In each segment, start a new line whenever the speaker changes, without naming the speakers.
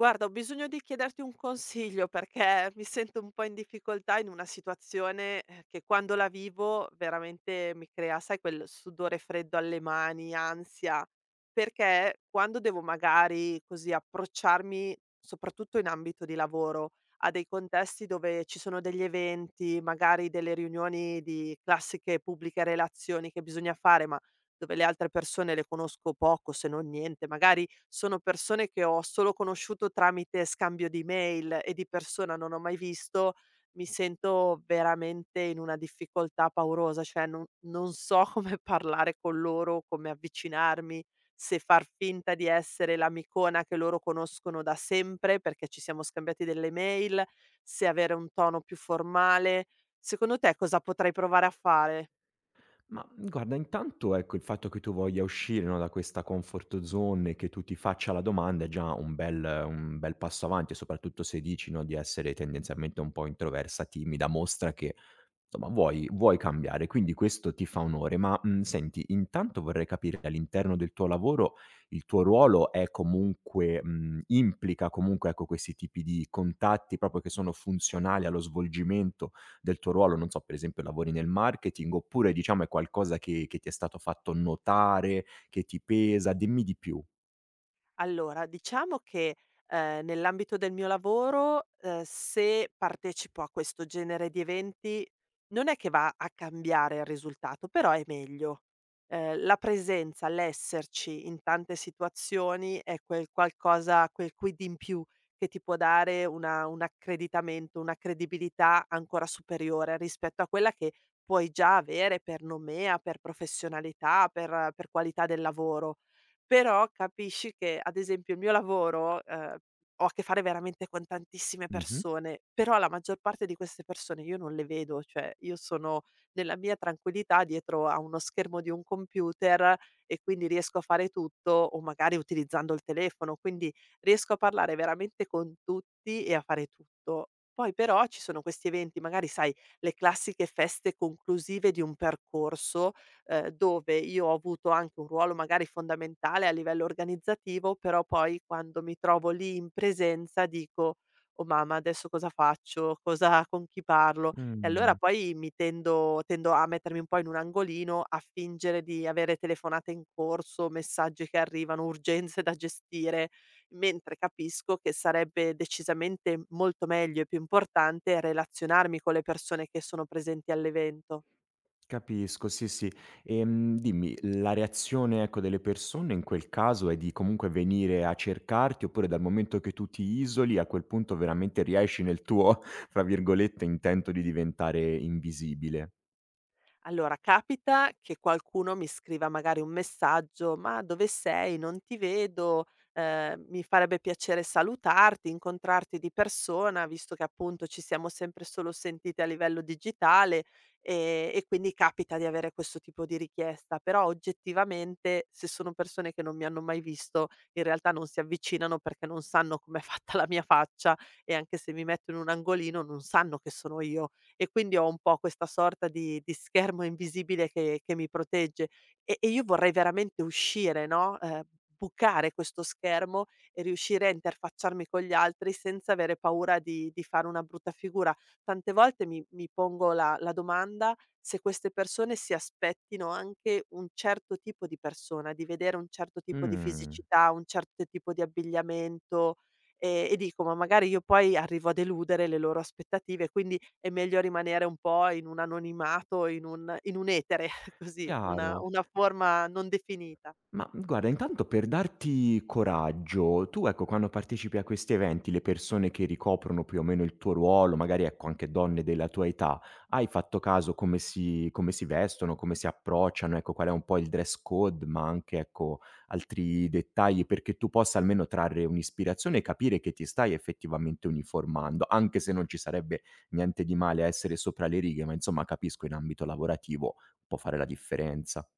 Guarda, ho bisogno di chiederti un consiglio perché mi sento un po' in difficoltà in una situazione che quando la vivo veramente mi crea, sai, quel sudore freddo alle mani, ansia, perché quando devo magari così approcciarmi, soprattutto in ambito di lavoro, a dei contesti dove ci sono degli eventi, magari delle riunioni di classiche pubbliche relazioni che bisogna fare, ma dove le altre persone le conosco poco, se non niente, magari sono persone che ho solo conosciuto tramite scambio di mail e di persona non ho mai visto, mi sento veramente in una difficoltà paurosa, cioè non so come parlare con loro, come avvicinarmi, se far finta di essere l'amicona che loro conoscono da sempre perché ci siamo scambiati delle mail, se avere un tono più formale. Secondo te cosa potrei provare a fare?
Guarda, intanto ecco il fatto che tu voglia uscire, no, da questa comfort zone e che tu ti faccia la domanda è già un bel passo avanti, soprattutto se dici, no, di essere tendenzialmente un po' introversa, timida, mostra che Somma vuoi cambiare, quindi questo ti fa onore, senti, intanto vorrei capire all'interno del tuo lavoro il tuo ruolo è comunque implica comunque, ecco, questi tipi di contatti proprio che sono funzionali allo svolgimento del tuo ruolo, non so, per esempio lavori nel marketing oppure diciamo è qualcosa che ti è stato fatto notare, che ti pesa? Dimmi di più.
Allora, diciamo che, nell'ambito del mio lavoro, se partecipo a questo genere di eventi, non è che va a cambiare il risultato, però è meglio. La presenza, l'esserci in tante situazioni è quel quid in più che ti può dare una un accreditamento, una credibilità ancora superiore rispetto a quella che puoi già avere per nomea, per professionalità, per qualità del lavoro. Però capisci che, ad esempio, il mio lavoro, ho a che fare veramente con tantissime
Mh-mh.
persone, però la maggior parte di queste persone io non le vedo, cioè io sono nella mia tranquillità dietro a uno schermo di un computer e quindi riesco a fare tutto o magari utilizzando il telefono, quindi riesco a parlare veramente con tutti e a fare tutto. Poi però ci sono questi eventi, magari sai le classiche feste conclusive di un percorso dove io ho avuto anche un ruolo magari fondamentale a livello organizzativo, però poi quando mi trovo lì in presenza dico: "Oh mamma, adesso cosa faccio? Cosa, con chi parlo?" E allora
Mh.
poi mi tendo a mettermi un po' in un angolino, a fingere di avere telefonate in corso, messaggi che arrivano, urgenze da gestire, mentre capisco che sarebbe decisamente molto meglio e più importante relazionarmi con le persone che sono presenti all'evento.
Capisco, sì, sì. Dimmi, la reazione, ecco, delle persone in quel caso è di comunque venire a cercarti, oppure dal momento che tu ti isoli, a quel punto veramente riesci nel tuo, fra virgolette, "intento" di diventare invisibile?
Allora, capita che qualcuno mi scriva magari un messaggio: "Ma dove sei? Non ti vedo, mi farebbe piacere salutarti, incontrarti di persona, visto che appunto ci siamo sempre solo sentite a livello digitale", e quindi capita di avere questo tipo di richiesta. Però oggettivamente, se sono persone che non mi hanno mai visto, in realtà non si avvicinano perché non sanno com'è fatta la mia faccia e anche se mi metto in un angolino non sanno che sono io, e quindi ho un po' questa sorta di schermo invisibile che mi protegge. E io vorrei veramente uscire, no, bucare questo schermo e riuscire a interfacciarmi con gli altri senza avere paura di fare una brutta figura. Tante volte mi pongo la domanda se queste persone si aspettino anche un certo tipo di persona, di vedere un certo tipo di
Mh,
fisicità, un certo tipo di abbigliamento, e dico: "Ma magari io poi arrivo a deludere le loro aspettative", quindi è meglio rimanere un po' in un anonimato, in un etere, così, una
chiaro.
una forma non definita.
Ma guarda, intanto per darti coraggio, tu ecco, quando partecipi a questi eventi, le persone che ricoprono più o meno il tuo ruolo, magari ecco anche donne della tua età, hai fatto caso come si vestono, come si approcciano, ecco, qual è un po' il dress code, ma anche ecco altri dettagli perché tu possa almeno trarre un'ispirazione e capire che ti stai effettivamente uniformando, anche se non ci sarebbe niente di male a essere sopra le righe, ma insomma capisco in ambito lavorativo può fare la differenza.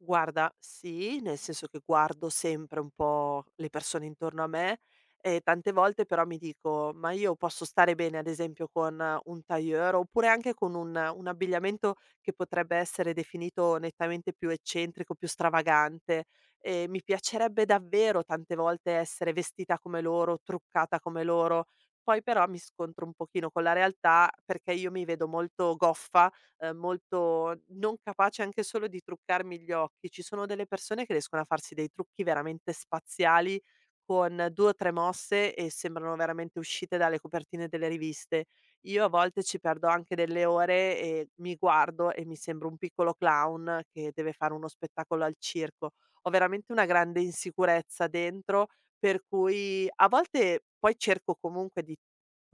Guarda, sì, nel senso che guardo sempre un po' le persone intorno a me e tante volte però mi dico: "Ma io posso stare bene ad esempio con un tailleur oppure anche con un abbigliamento che potrebbe essere definito nettamente più eccentrico, più stravagante. Mi piacerebbe davvero tante volte essere vestita come loro, truccata come loro". Poi però mi scontro un pochino con la realtà perché io mi vedo molto goffa, molto non capace anche solo di truccarmi gli occhi. Ci sono delle persone che riescono a farsi dei trucchi veramente spaziali con 2 o 3 mosse e sembrano veramente uscite dalle copertine delle riviste. Io a volte ci perdo anche delle ore e mi guardo e mi sembro un piccolo clown che deve fare uno spettacolo al circo. Ho veramente una grande insicurezza dentro, per cui a volte poi cerco comunque di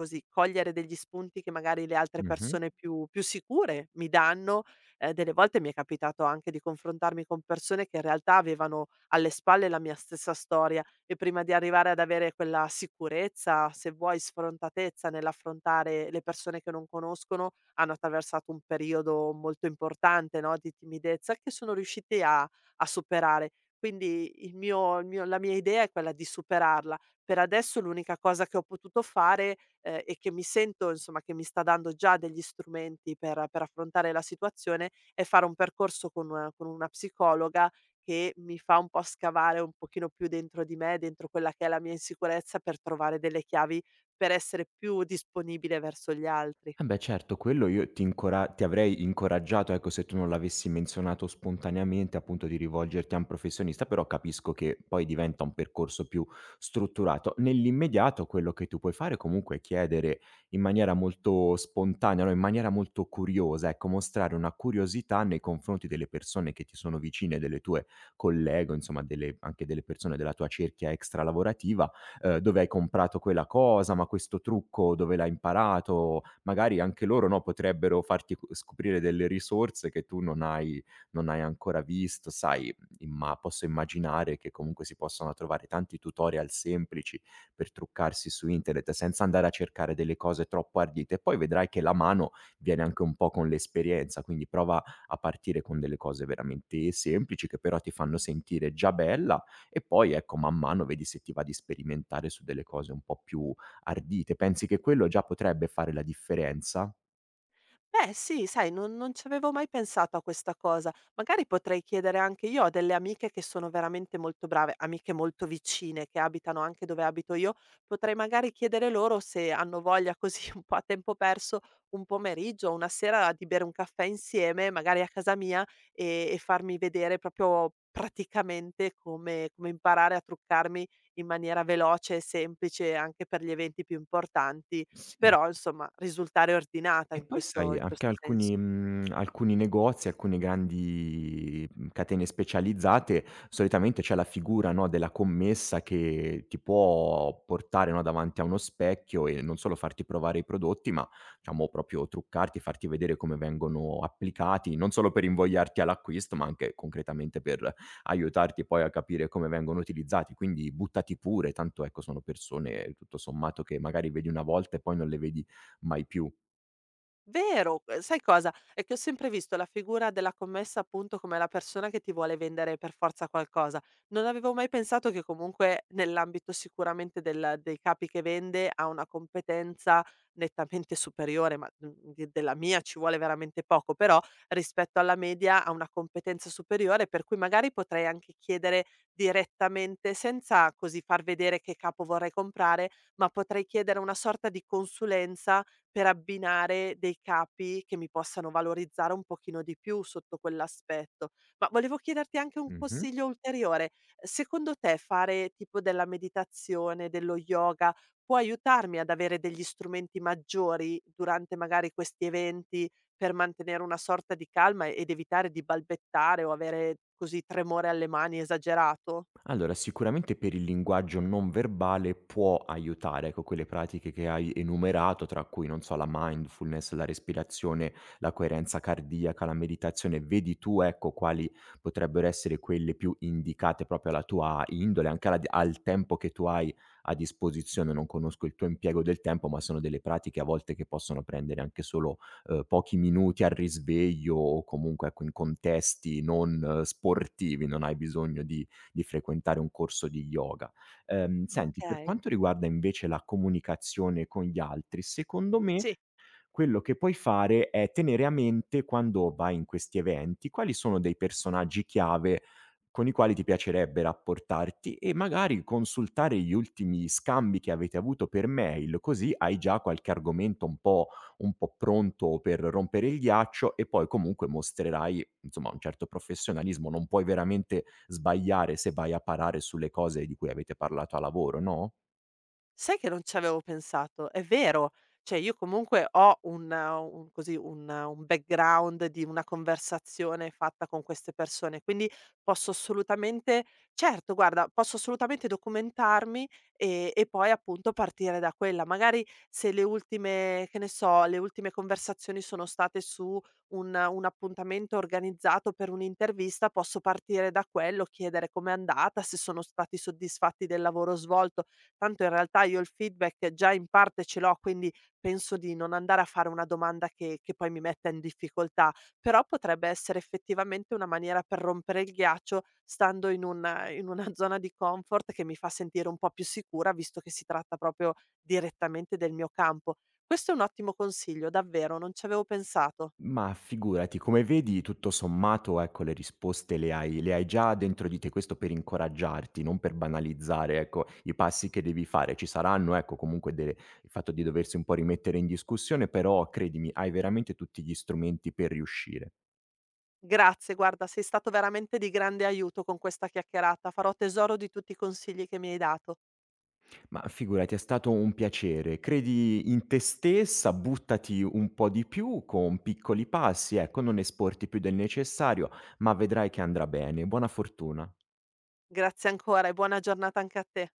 così, cogliere degli spunti che magari le altre persone più sicure mi danno. Delle volte mi è capitato anche di confrontarmi con persone che in realtà avevano alle spalle la mia stessa storia, e prima di arrivare ad avere quella sicurezza, se vuoi sfrontatezza nell'affrontare le persone che non conoscono, hanno attraversato un periodo molto importante, no, di timidezza che sono riusciti a superare. Quindi il mio la mia idea è quella di superarla. Per adesso l'unica cosa che ho potuto fare, e che mi sento insomma che mi sta dando già degli strumenti per affrontare la situazione, è fare un percorso con una psicologa che mi fa un po' scavare un pochino più dentro di me, dentro quella che è la mia insicurezza, per trovare delle chiavi per essere più disponibile verso gli altri.
Eh beh certo, quello io ti incora ti avrei incoraggiato, ecco, se tu non l'avessi menzionato spontaneamente, appunto, di rivolgerti a un professionista, però capisco che poi diventa un percorso più strutturato. Nell'immediato quello che tu puoi fare comunque è chiedere in maniera molto spontanea, no, in maniera molto curiosa, ecco, mostrare una curiosità nei confronti delle persone che ti sono vicine, delle tue colleghe o insomma delle anche delle persone della tua cerchia extra lavorativa, dove hai comprato quella cosa, ma questo trucco dove l'hai imparato? Magari anche loro, no, potrebbero farti co scoprire delle risorse che tu non hai ancora visto. Sai, imma posso immaginare che comunque si possano trovare tanti tutorial semplici per truccarsi su internet senza andare a cercare delle cose troppo ardite e poi vedrai che la mano viene anche un po' con l'esperienza, quindi prova a partire con delle cose veramente semplici che però ti fanno sentire già bella e poi, ecco, man mano vedi se ti va di sperimentare su delle cose un po' più ardite. Pensi che quello già potrebbe fare la differenza?
Beh, sì, sai, non ci avevo mai pensato a questa cosa. Magari potrei chiedere anche io a delle amiche che sono veramente molto brave, amiche molto vicine, che abitano anche dove abito io. Potrei magari chiedere loro se hanno voglia, così, un po' a tempo perso, un pomeriggio, una sera, di bere un caffè insieme, magari a casa mia, e farmi vedere proprio praticamente come imparare a truccarmi in maniera veloce e semplice anche per gli eventi più importanti,
Sì.
però insomma risultare ordinata
E
in
poi
questo
sai
in
anche
questo senso.
alcuni negozi, alcune grandi catene specializzate, solitamente c'è la figura, no, della commessa che ti può portare, no, davanti a uno specchio e non solo farti provare i prodotti, ma diciamo proprio truccarti, farti vedere come vengono applicati, non solo per invogliarti all'acquisto, ma anche concretamente per aiutarti poi a capire come vengono utilizzati. Quindi buttati pure, tanto ecco sono persone tutto sommato che magari vedi una volta e poi non le vedi mai più.
Vero, sai cosa? È che ho sempre visto la figura della commessa, appunto, come la persona che ti vuole vendere per forza qualcosa. Non avevo mai pensato che comunque nell'ambito sicuramente del dei capi che vende ha una competenza nettamente superiore, ma, de della mia ci vuole veramente poco, però rispetto alla media ha una competenza superiore, per cui magari potrei anche chiedere direttamente, senza così far vedere che capo vorrei comprare, ma potrei chiedere una sorta di consulenza per abbinare dei capi che mi possano valorizzare un pochino di più sotto quell'aspetto. Ma volevo chiederti anche un
Mh-mh.
consiglio ulteriore: secondo te fare tipo della meditazione, dello yoga, può aiutarmi ad avere degli strumenti maggiori durante magari questi eventi per mantenere una sorta di calma ed evitare di balbettare o avere così tremore alle mani esagerato?
Allora, sicuramente per il linguaggio non verbale può aiutare, ecco, quelle pratiche che hai enumerato, tra cui, non so, la mindfulness, la respirazione, la coerenza cardiaca, la meditazione, vedi tu, ecco, quali potrebbero essere quelle più indicate proprio alla tua indole, anche al tempo che tu hai a disposizione. Non conosco il tuo impiego del tempo, ma sono delle pratiche a volte che possono prendere anche solo pochi minuti al risveglio o comunque, ecco, in contesti non sportivi, non hai bisogno di frequentare un corso di yoga. Senti, per
Okay.
quanto riguarda invece la comunicazione con gli altri, secondo me
Sì.
quello che puoi fare è tenere a mente, quando vai in questi eventi, quali sono dei personaggi chiave con i quali ti piacerebbe rapportarti e magari consultare gli ultimi scambi che avete avuto per mail, così hai già qualche argomento un po' pronto per rompere il ghiaccio e poi comunque mostrerai, insomma, un certo professionalismo. Non puoi veramente sbagliare se vai a parare sulle cose di cui avete parlato a lavoro, no?
Sai che non ci avevo pensato, è vero. Cioè, io comunque ho un così, un background di una conversazione fatta con queste persone, quindi posso assolutamente, certo, guarda, posso assolutamente documentarmi, e poi appunto partire da quella. Magari se le ultime, che ne so, le ultime conversazioni sono state su un appuntamento organizzato per un'intervista, posso partire da quello, chiedere com'è andata, se sono stati soddisfatti del lavoro svolto. Tanto in realtà io il feedback già in parte ce l'ho, quindi penso di non andare a fare una domanda che poi mi metta in difficoltà, però potrebbe essere effettivamente una maniera per rompere il ghiaccio, stando in un in una zona di comfort che mi fa sentire un po' più sicura, visto che si tratta proprio direttamente del mio campo. Questo è un ottimo consiglio, davvero, non ci avevo pensato.
Ma figurati, come vedi tutto sommato ecco le risposte le hai già dentro di te, questo per incoraggiarti, non per banalizzare ecco i passi che devi fare. Ci saranno ecco comunque delle il fatto di doversi un po' rimettere in discussione, però credimi hai veramente tutti gli strumenti per riuscire.
Grazie, guarda, sei stato veramente di grande aiuto con questa chiacchierata. Farò tesoro di tutti i consigli che mi hai dato.
Ma figurati, è stato un piacere. Credi in te stessa, buttati un po' di più con piccoli passi, ecco, non esporti più del necessario, ma vedrai che andrà bene. Buona fortuna.
Grazie ancora e buona giornata anche a te.